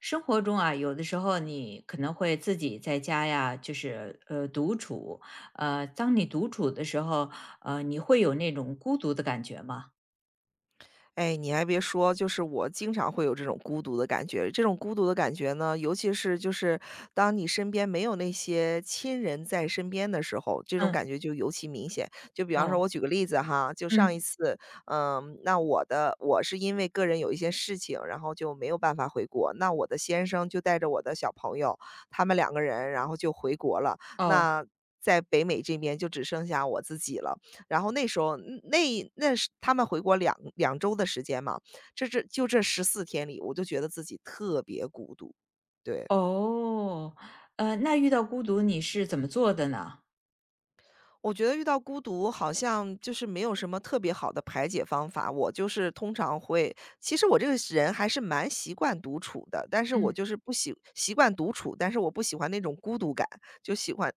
生活中啊，有的时候你可能会自己在家呀，就是独处。当你独处的时候，你会有那种孤独的感觉吗？哎，你还别说，就是我经常会有这种孤独的感觉。这种孤独的感觉呢，尤其是就是当你身边没有那些亲人在身边的时候，这种感嗯，觉就尤其明显。就比方说，我哦，举个例子哈，就上一嗯，次，那我是因为个人有一些事情，然后就没有办法回国。那我的先生就带着我的小朋友，他们两个人，然后就回国了。哦，那在北美这边就只剩下我自己了。然后那时候那是他们回国两周的时间嘛，这14天里，我就觉得自己特别孤独，对。哦，那遇到孤独你是怎么做的呢？我觉得遇到孤独好像就是没有什么特别好的排解方法，我就是通常会其实我这个人还是蛮习惯独处的，但是我嗯就是不喜习惯独处，但是我不喜欢那种孤独感，就喜欢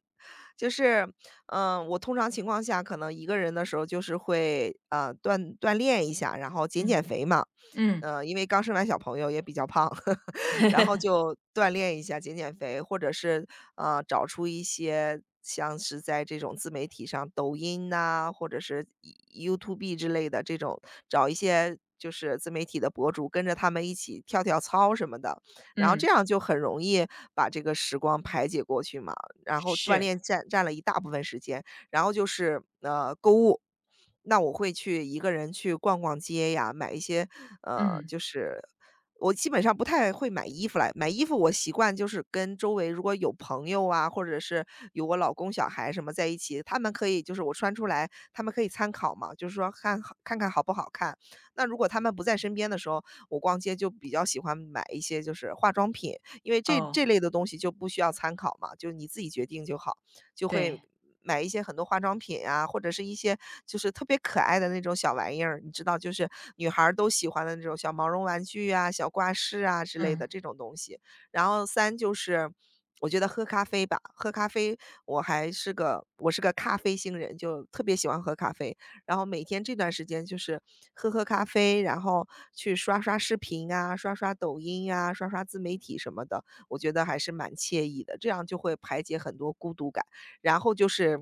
就是，我通常情况下可能一个人的时候就是会锻炼一下，然后减减嗯肥嘛，嗯因为刚生完小朋友也比较胖，然后就锻炼一下、减减肥，或者是，找出一些像是在这种自媒体上，抖音呐，或者是 YouTube 之类的这种，找一些就是自媒体的博主，跟着他们一起跳跳操什么的。然后这嗯，样就很容易把这个时光排解过去嘛，然后锻是，炼占了一大部分时间。然后就是，那我会去一个人去逛逛街呀，买一些，嗯，就是我基本上不太会买衣服来，买衣服我习惯就是跟周围如果有朋友啊，或者是有我老公、小孩什么在一起，他们可以就是我穿出来，他们可以参考嘛，就是说看好不好看。那如果他们不在身边的时候，我逛街就比较喜欢买一些就是化妆品，因为这哦，这类的东西就不需要参考嘛，就你自己决定就好。就会对，买一些很多化妆品啊，或者是一些就是特别可爱的那种小玩意儿，你知道，就是女孩儿都喜欢的那种小毛绒玩具啊、小挂饰啊之类的嗯这种东西。然后三就是我觉得喝咖啡吧，喝咖啡我是个咖啡星人，就特别喜欢喝咖啡。然后每天这段时间就是喝喝咖啡，然后去刷刷视频啊、刷刷抖音啊、刷刷自媒体什么的，我觉得还是蛮惬意的，这样就会排解很多孤独感。然后就是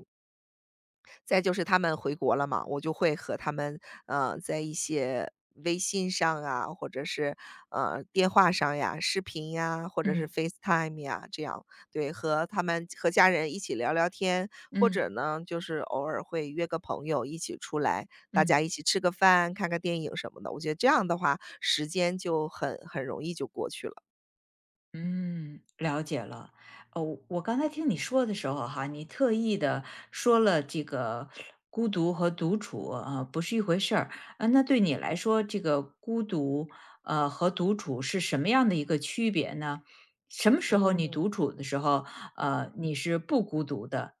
再就是他们回国了嘛，我就会和他们，在一些微信上啊，或者是，电话上呀、视频呀，或者是 嗯 FaceTime 呀，这样。对，和他们和家人一起聊聊天，或嗯者呢，就是偶尔会约个朋友一起出来，大家嗯。一起吃个饭、看个电影什么的，我觉得这样的话，时间就很容易就过去了。嗯，了解了。哦，我刚才听你说的时候哈，你特意的说了这个孤独和独处啊、不是一回事儿啊、那对你来说，这个孤独和独处是什么样的一个区别呢？什么时候你嗯。独处的时候，你是不孤独的？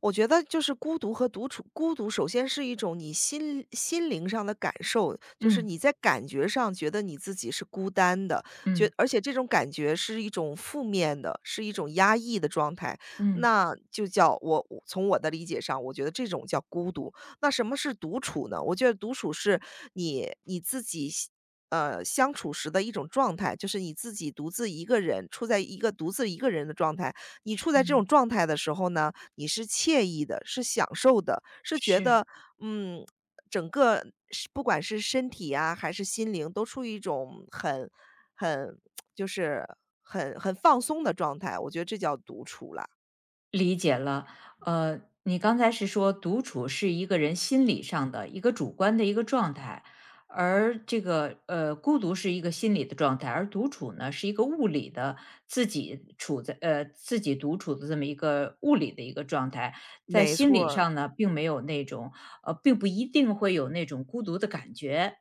我觉得就是孤独和独处，孤独首先是一种你心灵上的感受，就是嗯你在感觉上觉得你自己是孤单的，嗯而且这种感觉是一种负面的，是一种压抑的状态，嗯那就叫我从我的理解上，我觉得这种叫孤独。那什么是独处呢？我觉得独处是你你自己喜呃，相处时的一种状态，就是你自己独自一个人，处在一个独自一个人的状态。你处在这种嗯，状态的时候呢，你是惬意的，是享受的，是觉是。得，嗯，整个是不管是身体啊还是心灵都处于一种很就是很放松的状态，我觉得这叫独处了，理解了，你刚才是说独处是一个人心理上的一个主观的一个状态，而这个孤独是一个心理的状态，而独处呢是一个物理的自己处在自己独处的这么一个物理的一个状态，在没心错理儿。上呢并没有那种并不一定会有那种孤独的感觉。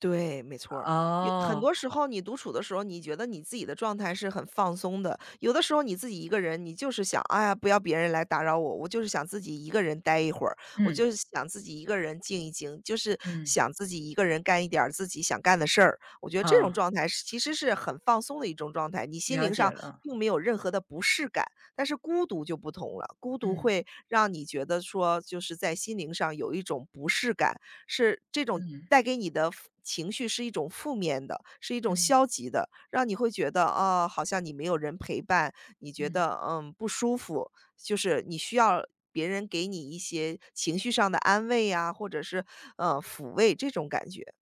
对，没错儿。有很哦，多时候你独处的时候，你觉得你自己的状态是很放松的。有的时候你自己一个人，你就是想，哎呀，不要别人来打扰我，我就是想自己一个人待一会儿，我就嗯是想自己一个人静一静，就是嗯，想自己一个人干一点儿自己想干的事儿。我觉得这种啊，状态其实是很放松的一种状态，你心了灵解上了，并没有任何的不适感。但是孤独就不同了，孤独嗯会让你觉得说，就是在心灵上有一种不适感。是这种嗯带给你的负情绪是一种负面的，是一种嗯消极的，让你会觉得，啊，好像你没有人陪伴，你觉嗯。得，不舒服，就是你需要别人给你一些情绪上的安慰呀，或者是，抚慰这种感觉，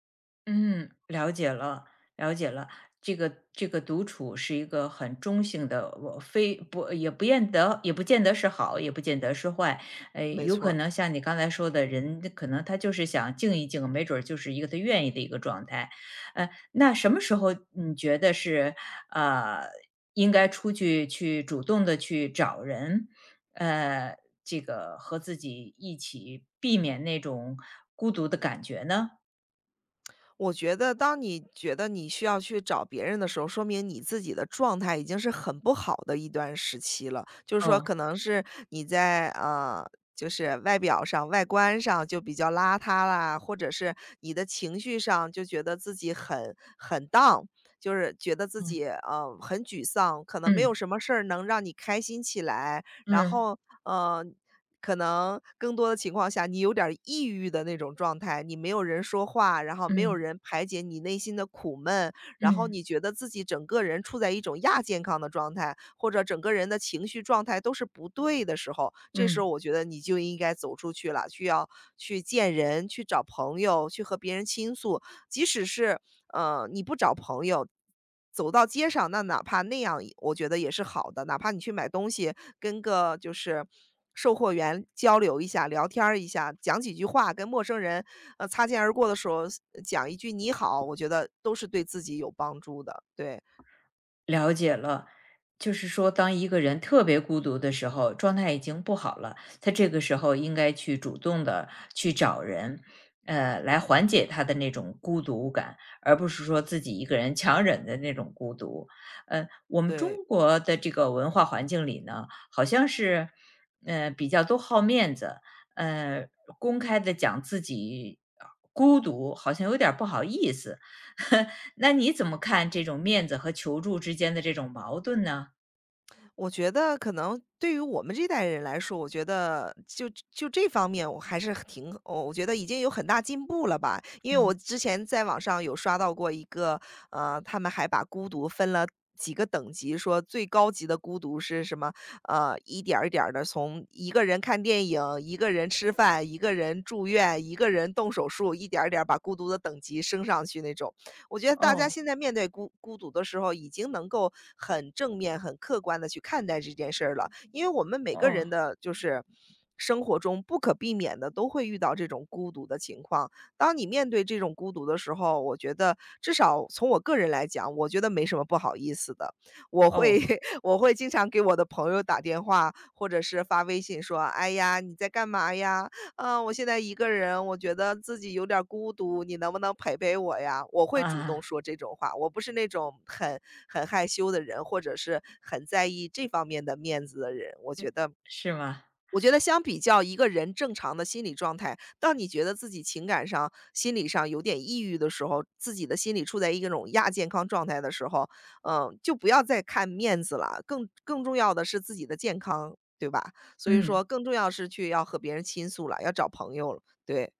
嗯，了解了，了解了。这个独处是一个很中性的，我非不也不见得，也不见得是好，也不见得是坏。没有错可儿。能像你刚才说的人，可能他就是想静一静，没准儿就是一个他愿意的一个状态。那什么时候你觉得是呃应该出去去主动的去找人，呃，这个和自己一起避免那种孤独的感觉呢？我觉得当你觉得你需要去找别人的时候，说明你自己的状态已经是很不好的一段时期了。就是说可哦，能是你在，就是外表上、外观上就比较邋遢啦，或者是你的情绪上就觉得自己很 down，就是觉得自嗯。己，很沮丧，可能没有嗯，什么事儿能让你开心起来。然嗯，后，嗯。可能更多的情况下，你有点儿抑郁的那种状态，你没有人说话，然后没有嗯，人排解你内心的苦闷，然后嗯，你觉得自己整个人处在一种亚健康的状态，或者整个人的情绪状态都是不对的时候，这时嗯，候我觉得你就应该走出去了，需要去见人，去找朋友，去和别人倾诉，即使是你不找朋友，走到街上，那哪怕那样我觉得也是好的。哪怕你去买东西，跟个就是售货员交流一下、聊天儿一下，讲几句话，跟陌生人，擦肩而过的时候讲一句“你好”，我觉得都是对自己有帮助的，对，了解了。就是说，当一个人特别孤独的时候，状态已经不好了，他这个时候应该去主动的去找人，来缓解他的那种孤独感，而不是说自己一个人强忍的那种孤独。我们中对。国的这个文化环境里呢，好像是，比较都好面子，呃，公开的讲自己孤独，好像有点儿不好意思。那你怎么看这种面子和求助之间的这种矛盾呢？我觉得可能对于我们这代人来说，我觉得就这方面我还是挺我觉得已经有很大进步了吧。因为我嗯，之前在网上有刷到过一个，他们还把孤独分了几个等级，说最高级的孤独是什么？一点儿一点儿的从一个人看电影、一个人吃饭、一个人住院、一个人动手术，一点儿一点儿把孤独的等级升上去那种。我觉得大家哦，现在面对孤独的时候，已经能够很正面、很客观的去看待这件事儿了。因为我们每个哦，人的就是生活中不可避免的都会遇到这种孤独的情况。当你面对这种孤独的时候，我觉得至少从我个人来讲，我觉得没什么不好意思的。我哦，会 我会经常给我的朋友打电话，或者是发微信说：“哎呀，你在干嘛呀？”我现在一个人，我觉得自己有点儿孤独，你能不能陪陪我呀？我会主动啊，说这种话，我不是那种很害羞的人，或者是很在意这方面的面子的人。我觉得是吗？我觉得相比较一个人正常的心理状态，当你觉得自己情感上、心理上有点抑郁的时候，自己的心理处在一个种亚健康状态的时候，嗯，就不要再看面子了，更重要的是自己的健康，对吧？所以嗯。说更重要是去要和别人倾诉了，要找朋友了，对。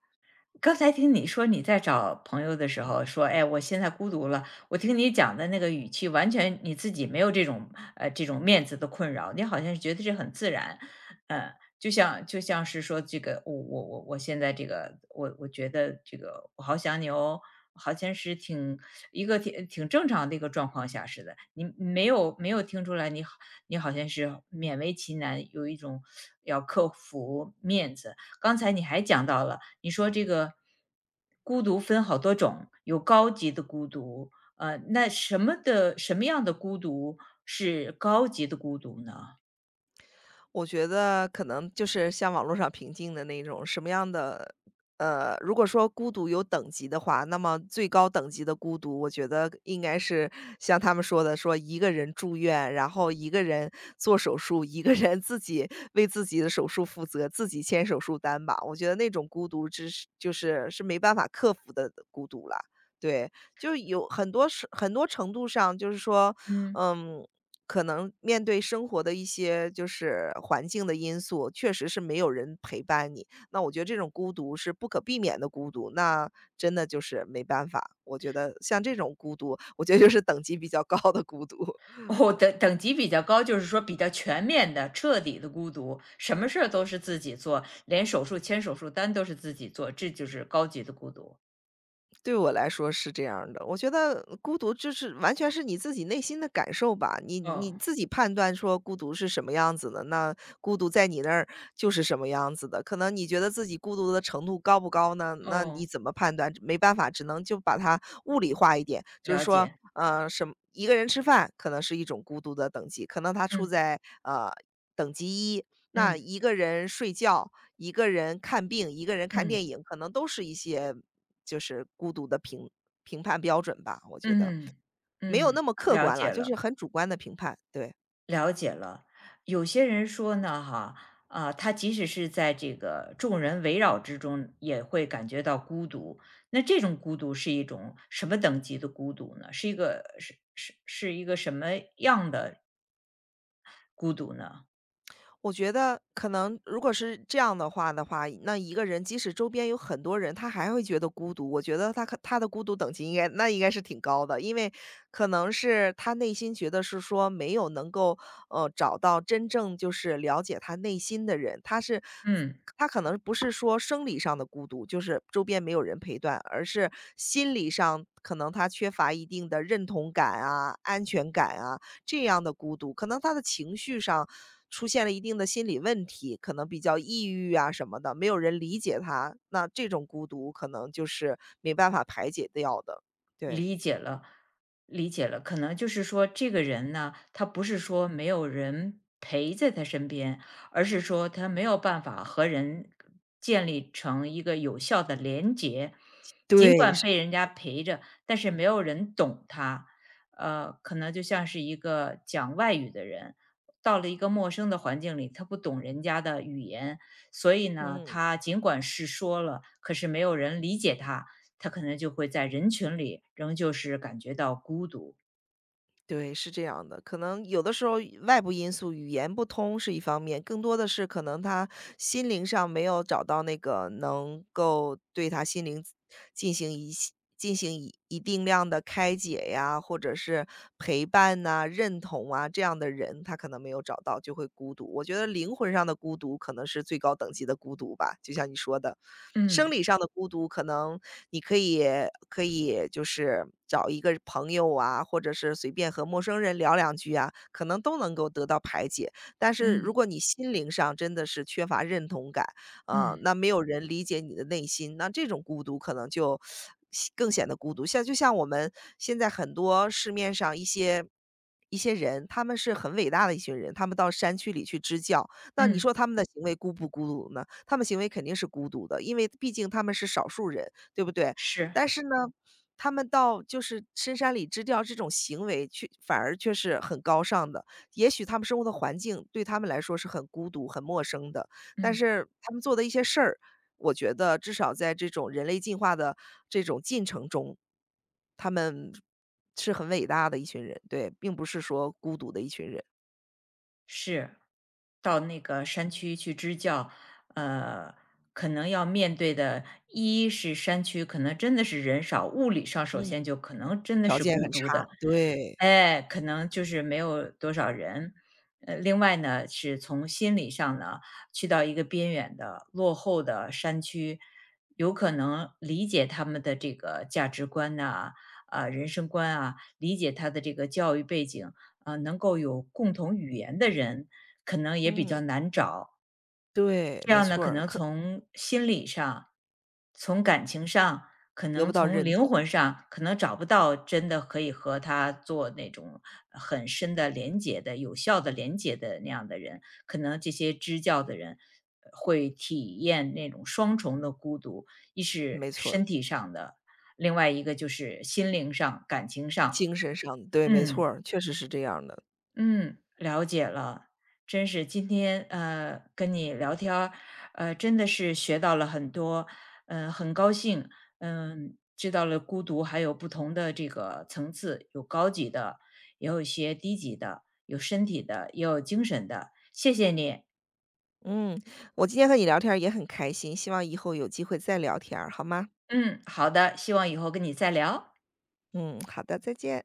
刚才听你说你在找朋友的时候说，哎，我现在孤独了。我听你讲的那个语气，完全你自己没有这种这种面子的困扰，你好像是觉得这很自然，嗯，就像是说这个，我现在这个，我觉得这个我好想你哦，好像是一个挺正常的一个状况下似的。你没有听出来你好，你好像是勉为其难，有一种要克服面子。刚才你还讲到了，你说这个孤独分好多种，有高级的孤独，那什么样的孤独是高级的孤独呢？我觉得可能就是像网络上评定的那种什么样的，如果说孤独有等级的话，那么最高等级的孤独，我觉得应该是像他们说的，说一个人住院，然后一个人做手术，一个人自己为自己的手术负责，自己签手术单吧。我觉得那种孤独就是没办法克服的孤独了。对，就是有很多是很多程度上，就是说，嗯，嗯，可能面对生活的一些就是环境的因素，确实是没有人陪伴你。那我觉得这种孤独是不可避免的孤独，那真的就是没办法。我觉得像这种孤独，我觉得就是等级比较高的孤独。哦，等级比较高，就是说比较全面的、彻底的孤独，什么事儿都是自己做，连手术签手术单都是自己做，这就是高级的孤独。对我来说是这样儿的，我觉得孤独就是完全是你自己内心的感受吧，你哦，自己判断说孤独是什么样子的，那孤独在你那儿就是什么样子的。可能你觉得自己孤独的程度高不高呢？那你哦，怎么判断？没办法，只能就把它物理化一点，就是了说，解，什么一个人吃饭可能是一种孤独的等级，可能他处嗯在呃等级一。那嗯一个人睡觉，一个人看病，一个人看嗯电影，可能都是一些就是孤独的评判标准吧，我觉得。嗯没有嗯，那么客了观解了，就是了。很主观的评判，对。了解了。有些人说呢，哈，啊，他即使是在这个众人围绕之中，也会感觉到孤独。那这种孤独是一种什么等级的孤独呢？是一个是是是一个什么样的孤独呢？我觉得可能如果是这样的话，那一个人即使周边有很多人，他还会觉得孤独。我觉得他的孤独等级应该是挺高的，因为可能是他内心觉得是说没有能够找到真正就是了解他内心的人，他是。嗯。他可能不是说生理上的孤独，就是周边没有人陪伴，而是心理上可能他缺乏一定的认同感啊、安全感啊，这样的孤独，可能他的情绪上出现了一定的心理问题，可能比较抑郁啊什么的，没有人理解他，那这种孤独可能就是没办法排解掉的，对。理解了，理解了，可能就是说这个人呢，他不是说没有人陪在他身边，而是说他没有办法和人建立成一个有效的连结。对，尽管是被人家陪着，但是没有人懂他。可能就像是一个讲外语的人，到了一个陌生的环境里，他不懂人家的语言，所以呢，嗯。他尽管是说了，可是没有人理解他，他可能就会在人群里仍旧是感觉到孤独。对，是这样的。可能有的时候外部因素，语言不通是一方面，更多的是可能他心灵上没有找到那个能够对他心灵进行一系进行一定量的开解呀，或者是陪伴呐、认同啊这样的人，他可能没有找到，就会孤独。我觉得灵魂上的孤独可能是最高等级的孤独吧，就像你说的，生嗯理上的孤独你可以就是找一个朋友啊，或者是随便和陌生人聊两句啊，可能都能够得到排解。但是如嗯果你心灵上真的是缺乏认同感，啊，嗯那没有人理解你的内心，那这种孤独可能就更显得孤独。就像我们现在很多市面上一些人，他们是很伟大的一群人，他们到山区里去支教，那你嗯说他们的行为孤不孤独呢？他们行为肯定是孤独的，因为毕竟他们是少数人，对不对？是，但是呢，他们到深山里支教这种行为反而是很高尚的。也许他们生活的环境对他们来说是很孤独、很陌生的，但嗯。是他们做的一些事儿，我觉得至少在这种人类进化的这种进程中，他们是很伟大的一群人，对，并不是说孤独的一群人。是，到那个山区去支教，呃，可能要面对的，一是山区可能真的是人少，物理上首嗯，先就可能真的条是件孤很差，独的，对，哎，可能就是没有多少人。另外呢，是从心理上呢，去到一个边远的、落后的山区，有可能理解他们的这个价值观呐、啊，人生观啊，理解他的这个教育背景，啊，能够有共同语言的人，可能也比嗯，较难找。对，这没样呢，错可儿，能可从心理上、从感情上，可得能不到从认灵同，魂上，可能找不到真的可以和他做那种很深的连接的、有效的连接的那样的人。可能这些支教的人会体验那种双重的孤独，一是没错儿。身体上的，另外一个就是心灵上、感情上。精神上，对，没错嗯。儿确实是这样的。嗯，了解了。真是今天跟你聊天儿，真的是学到了很多，很高兴，嗯，知道了孤独还有不同的这个层次，有高级的，也有一些低级的，有身体的，也有精神的。谢谢你，嗯，我今天和你聊天儿也很开心，希望以后有机会再聊天儿好吗？嗯，好的，希望以后跟你再聊。嗯，好的，再见。